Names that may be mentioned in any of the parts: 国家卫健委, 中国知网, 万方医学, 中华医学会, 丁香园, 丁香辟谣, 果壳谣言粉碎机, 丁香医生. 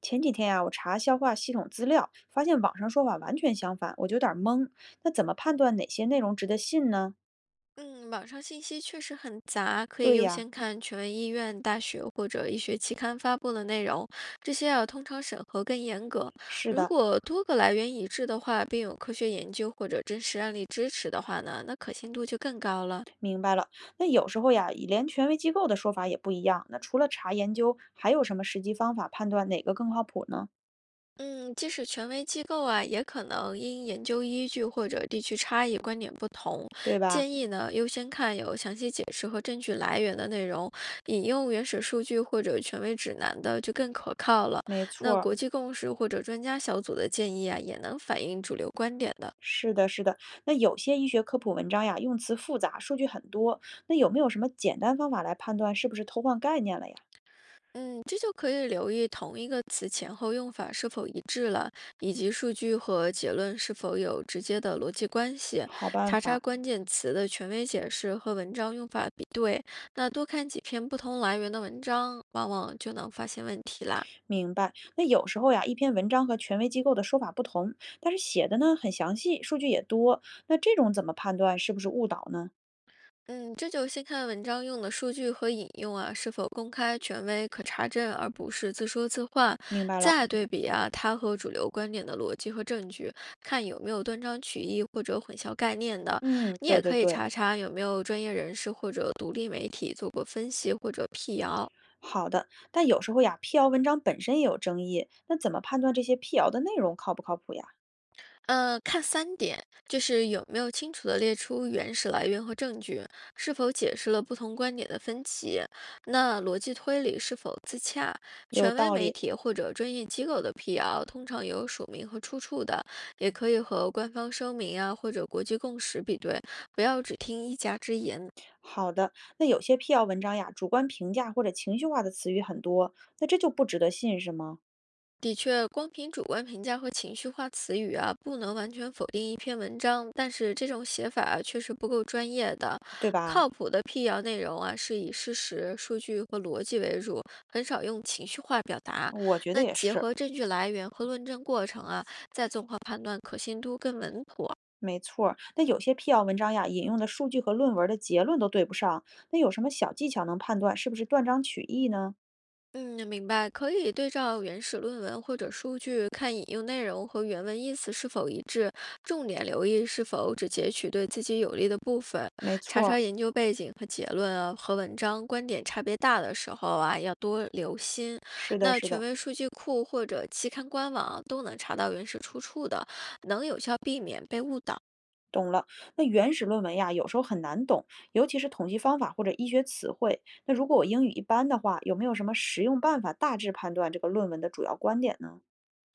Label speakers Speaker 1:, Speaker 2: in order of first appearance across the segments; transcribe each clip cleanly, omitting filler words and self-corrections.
Speaker 1: 前几天呀、我查消化系统资料，发现网上说法完全相反，我就有点儿懵。那怎么判断哪些内容值得信呢？
Speaker 2: 嗯，网上信息确实很杂，可以
Speaker 1: 对
Speaker 2: 优
Speaker 1: 呀，
Speaker 2: 先看权威医院、大学或者医学期刊发布的内容，这些啊通常审核更严格。
Speaker 1: 是
Speaker 2: 如
Speaker 1: 的，
Speaker 2: 果多个来源一致的话，并有科学研究或者真实案例支持的话呢，那可信度就更高了。
Speaker 1: 明白了。那有时候呀，连权威机构的说法也不一样。那除了查研究，还有什么实际方法判断哪个更靠谱呢？
Speaker 2: 嗯，即使权威机构啊，也可能因研究依据或者地区差异观点不同，
Speaker 1: 对吧？
Speaker 2: 建议呢优先看有详细解释和证据来源的内容，引用原始数据或者权威指南的就更可靠了。
Speaker 1: 没
Speaker 2: 那
Speaker 1: 错儿，
Speaker 2: 国际共识或者专家小组的建议啊，也能反映主流观点的。
Speaker 1: 是的，是的。那有些医学科普文章呀，用词复杂，数据很多。那有没有什么简单方法来判断是不是偷换概念了呀？
Speaker 2: 嗯，这就可以留意同一个词前后用法是否一致了，以及数据和结论是否有直接的逻辑关系。
Speaker 1: 好办
Speaker 2: 查查
Speaker 1: 法。
Speaker 2: 关键词的权威解释和文章用法比对，那多看几篇不同来源的文章，往往就能发现问题啦。
Speaker 1: 明白。那有时候呀，一篇文章和权威机构的说法不同，但是写的呢很详细，数据也多，那这种怎么判断是不是误导呢？
Speaker 2: 嗯，这就先看文章用的数据和引用啊，是否公开、权威、可查证，而不是自说自话。
Speaker 1: 明白了。
Speaker 2: 再对比啊，它和主流观点的逻辑和证据，看有没有断章取义或者混淆概念的。
Speaker 1: 嗯，
Speaker 2: 你
Speaker 1: 对
Speaker 2: 也
Speaker 1: 对
Speaker 2: 可以
Speaker 1: 对，
Speaker 2: 查查有没有专业人士或者独立媒体做过分析或者辟谣。
Speaker 1: 好的。但有时候呀，辟谣文章本身也有争议，那怎么判断这些辟谣的内容靠不靠谱呀？
Speaker 2: 看三点，就是有没有清楚的列出原始来源和证据，是否解释了不同观点的分歧，那逻辑推理是否自洽？
Speaker 1: 有
Speaker 2: 权威
Speaker 1: 道
Speaker 2: 媒
Speaker 1: 理。
Speaker 2: 体或者专业机构的辟谣通常有署名和出处的，也可以和官方声明啊或者国际共识比对，不要只听一家之言。
Speaker 1: 好的，那有些辟谣文章呀，主观评价或者情绪化的词语很多，那这就不值得信是吗？
Speaker 2: 的确，光凭主观评价和情绪化词语啊，不能完全否定一篇文章，但是这种写法啊确实不够专业的。
Speaker 1: 对吧？
Speaker 2: 靠谱的辟谣内容啊，是以事实、数据和逻辑为主，很少用情绪化表达。
Speaker 1: 我觉得
Speaker 2: 那
Speaker 1: 也
Speaker 2: 结
Speaker 1: 是。
Speaker 2: 合证据来源和论证过程啊，再综合判断可信度更稳妥。
Speaker 1: 没错儿，那有些辟谣文章呀，引用的数据和论文儿的结论都对不上，那有什么小技巧能判断是不是断章取义呢？
Speaker 2: 嗯，明白。可以对照原始论文或者数据，看引用内容和原文意思是否一致，重点留意是否只截取对自己有利的部分，
Speaker 1: 没
Speaker 2: 查
Speaker 1: 错
Speaker 2: 查
Speaker 1: 儿，
Speaker 2: 研究背景和结论啊，和文章观点差别大的时候啊，要多留心。
Speaker 1: 是的，
Speaker 2: 那
Speaker 1: 是
Speaker 2: 权
Speaker 1: 的，
Speaker 2: 威数据库或者期刊官网啊都能查到原始出处的，能有效避免被误导。
Speaker 1: 懂了。那原始论文呀，有时候很难懂，尤其是统计方法或者医学词汇。那如果我英语一般的话，有没有什么实用办法大致判断这个论文的主要观点呢？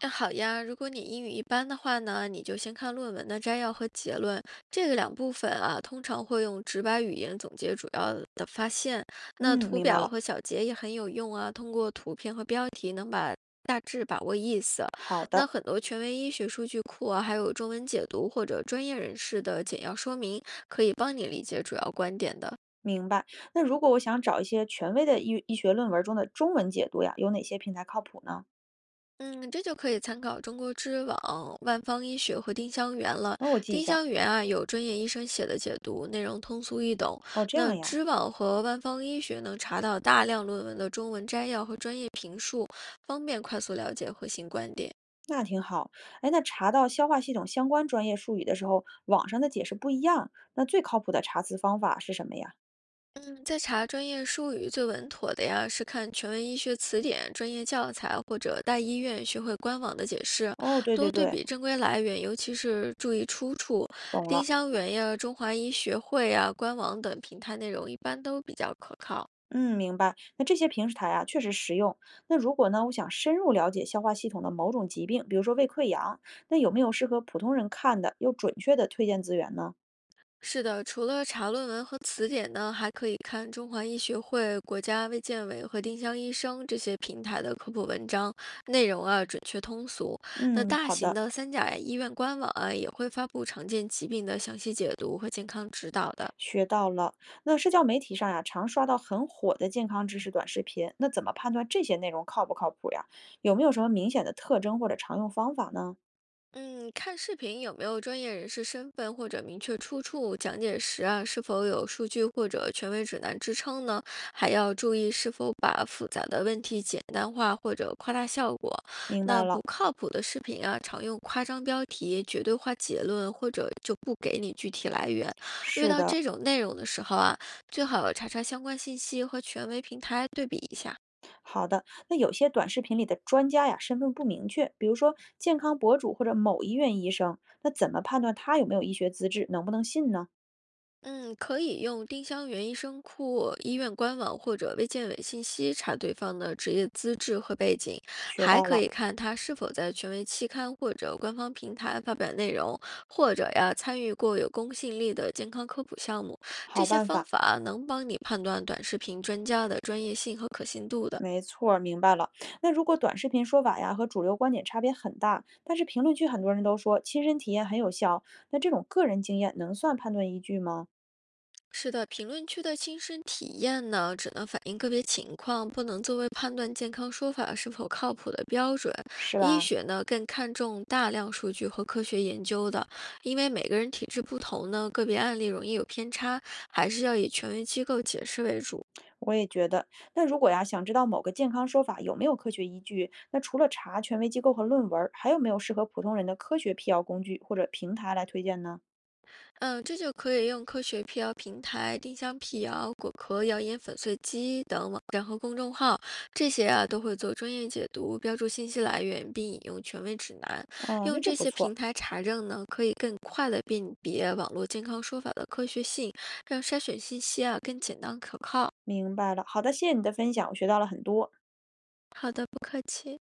Speaker 2: 那好呀，如果你英语一般的话呢，你就先看论文的摘要和结论，这个两部分啊，通常会用直白语言总结主要的发现。那
Speaker 1: 嗯，
Speaker 2: 图
Speaker 1: 明白
Speaker 2: 表
Speaker 1: 了。
Speaker 2: 和小结也很有用啊，通过图片和标题能把大致把握意思。
Speaker 1: 好
Speaker 2: 那
Speaker 1: 的，
Speaker 2: 很多权威医学数据库啊，还有中文解读或者专业人士的简要说明，可以帮你理解主要观点的。
Speaker 1: 明白。那如果我想找一些权威的医医学论文中的中文解读呀，有哪些平台靠谱呢？
Speaker 2: 嗯，这就可以参考中国知网、万方医学和丁香园了。
Speaker 1: 哦，我记一
Speaker 2: 丁
Speaker 1: 下。
Speaker 2: 香园啊，有专业医生写的解读，内容通俗易懂。
Speaker 1: 哦，这
Speaker 2: 那
Speaker 1: 样呀。
Speaker 2: 知网和万方医学能查到大量论文的中文摘要和专业评述，方便快速了解核心观点。
Speaker 1: 那挺好。哎，那查到消化系统相关专业术语的时候，网上的解释不一样，那最靠谱的查词方法是什么呀？
Speaker 2: 嗯，在查专业术语最稳妥的呀，是看权威医学词典、专业教材或者大医院学会官网的解释，
Speaker 1: 哦，对对
Speaker 2: 多对
Speaker 1: 对，
Speaker 2: 比正规来源，尤其是注意出处。
Speaker 1: 懂
Speaker 2: 丁
Speaker 1: 了。
Speaker 2: 香园呀、中华医学会呀、官网等平台内容一般都比较可靠。
Speaker 1: 嗯，明白。那这些平时台啊，确实实用。那如果呢，我想深入了解消化系统的某种疾病，比如说胃溃疡，那有没有适合普通人看的又准确的推荐资源呢？
Speaker 2: 是的，除了查论文和词典呢，还可以看中华医学会、国家卫健委和丁香医生这些平台的科普文章，内容啊准确通俗。那
Speaker 1: 嗯，
Speaker 2: 大
Speaker 1: 好
Speaker 2: 型
Speaker 1: 的。
Speaker 2: 的三甲医院官网啊也会发布常见疾病的详细解读和健康指导的。
Speaker 1: 学到了。那社交媒体上呀，常刷到很火的健康知识短视频，那怎么判断这些内容靠不靠谱呀？有没有什么明显的特征或者常用方法呢？
Speaker 2: 嗯，看视频有没有专业人士身份或者明确出处，讲解时啊是否有数据或者权威指南支撑呢？还要注意是否把复杂的问题简单化或者夸大效果。
Speaker 1: 明白
Speaker 2: 那不
Speaker 1: 了。
Speaker 2: 靠谱的视频啊，常用夸张标题、绝对化结论，或者就不给你具体来源。遇
Speaker 1: 是
Speaker 2: 到
Speaker 1: 的，
Speaker 2: 这种内容的时候啊，最好查查相关信息和权威平台对比一下。
Speaker 1: 好的。那有些短视频里的专家呀，身份不明确，比如说健康博主或者某医院医生，那怎么判断他有没有医学资质，能不能信呢？
Speaker 2: 嗯，可以用丁香园医生库、医院官网或者卫健委信息查对方的职业资质和背景，
Speaker 1: 学
Speaker 2: 还
Speaker 1: 到
Speaker 2: 可
Speaker 1: 了，
Speaker 2: 以看他是否在权威期刊或者官方平台发表内容，或者呀参与过有公信力的健康科普项目。这
Speaker 1: 好
Speaker 2: 些
Speaker 1: 办
Speaker 2: 方
Speaker 1: 法。
Speaker 2: 法能帮你判断短视频专家的专业性和可信度的。
Speaker 1: 没错儿，明白了。那如果短视频说法呀和主流观点差别很大，但是评论区很多人都说亲身体验很有效，那这种个人经验能算判断依据吗？
Speaker 2: 是的，评论区的亲身体验呢，只能反映个别情况，不能作为判断健康说法是否靠谱的标准。
Speaker 1: 是
Speaker 2: 医
Speaker 1: 吧？
Speaker 2: 学呢，更看重大量数据和科学研究的，因为每个人体质不同呢，个别案例容易有偏差，还是要以权威机构解释为主。
Speaker 1: 我也觉得。那如果呀想知道某个健康说法有没有科学依据，那除了查权威机构和论文儿，还有没有适合普通人的科学辟谣工具或者平台来推荐呢？
Speaker 2: 嗯，这就可以用科学辟谣平台、丁香辟谣、果壳谣言粉碎机等网站和公众号，这些啊都会做专业解读，标注信息来源，并引用权威指南。
Speaker 1: 啊、那
Speaker 2: 用
Speaker 1: 这
Speaker 2: 这
Speaker 1: 不
Speaker 2: 些
Speaker 1: 错。
Speaker 2: 平台查证呢，可以更快的辨别网络健康说法的科学性，让筛选信息啊更简单可靠。
Speaker 1: 明白了。好的，谢谢你的分享，我学到了很多。
Speaker 2: 好的，不客气。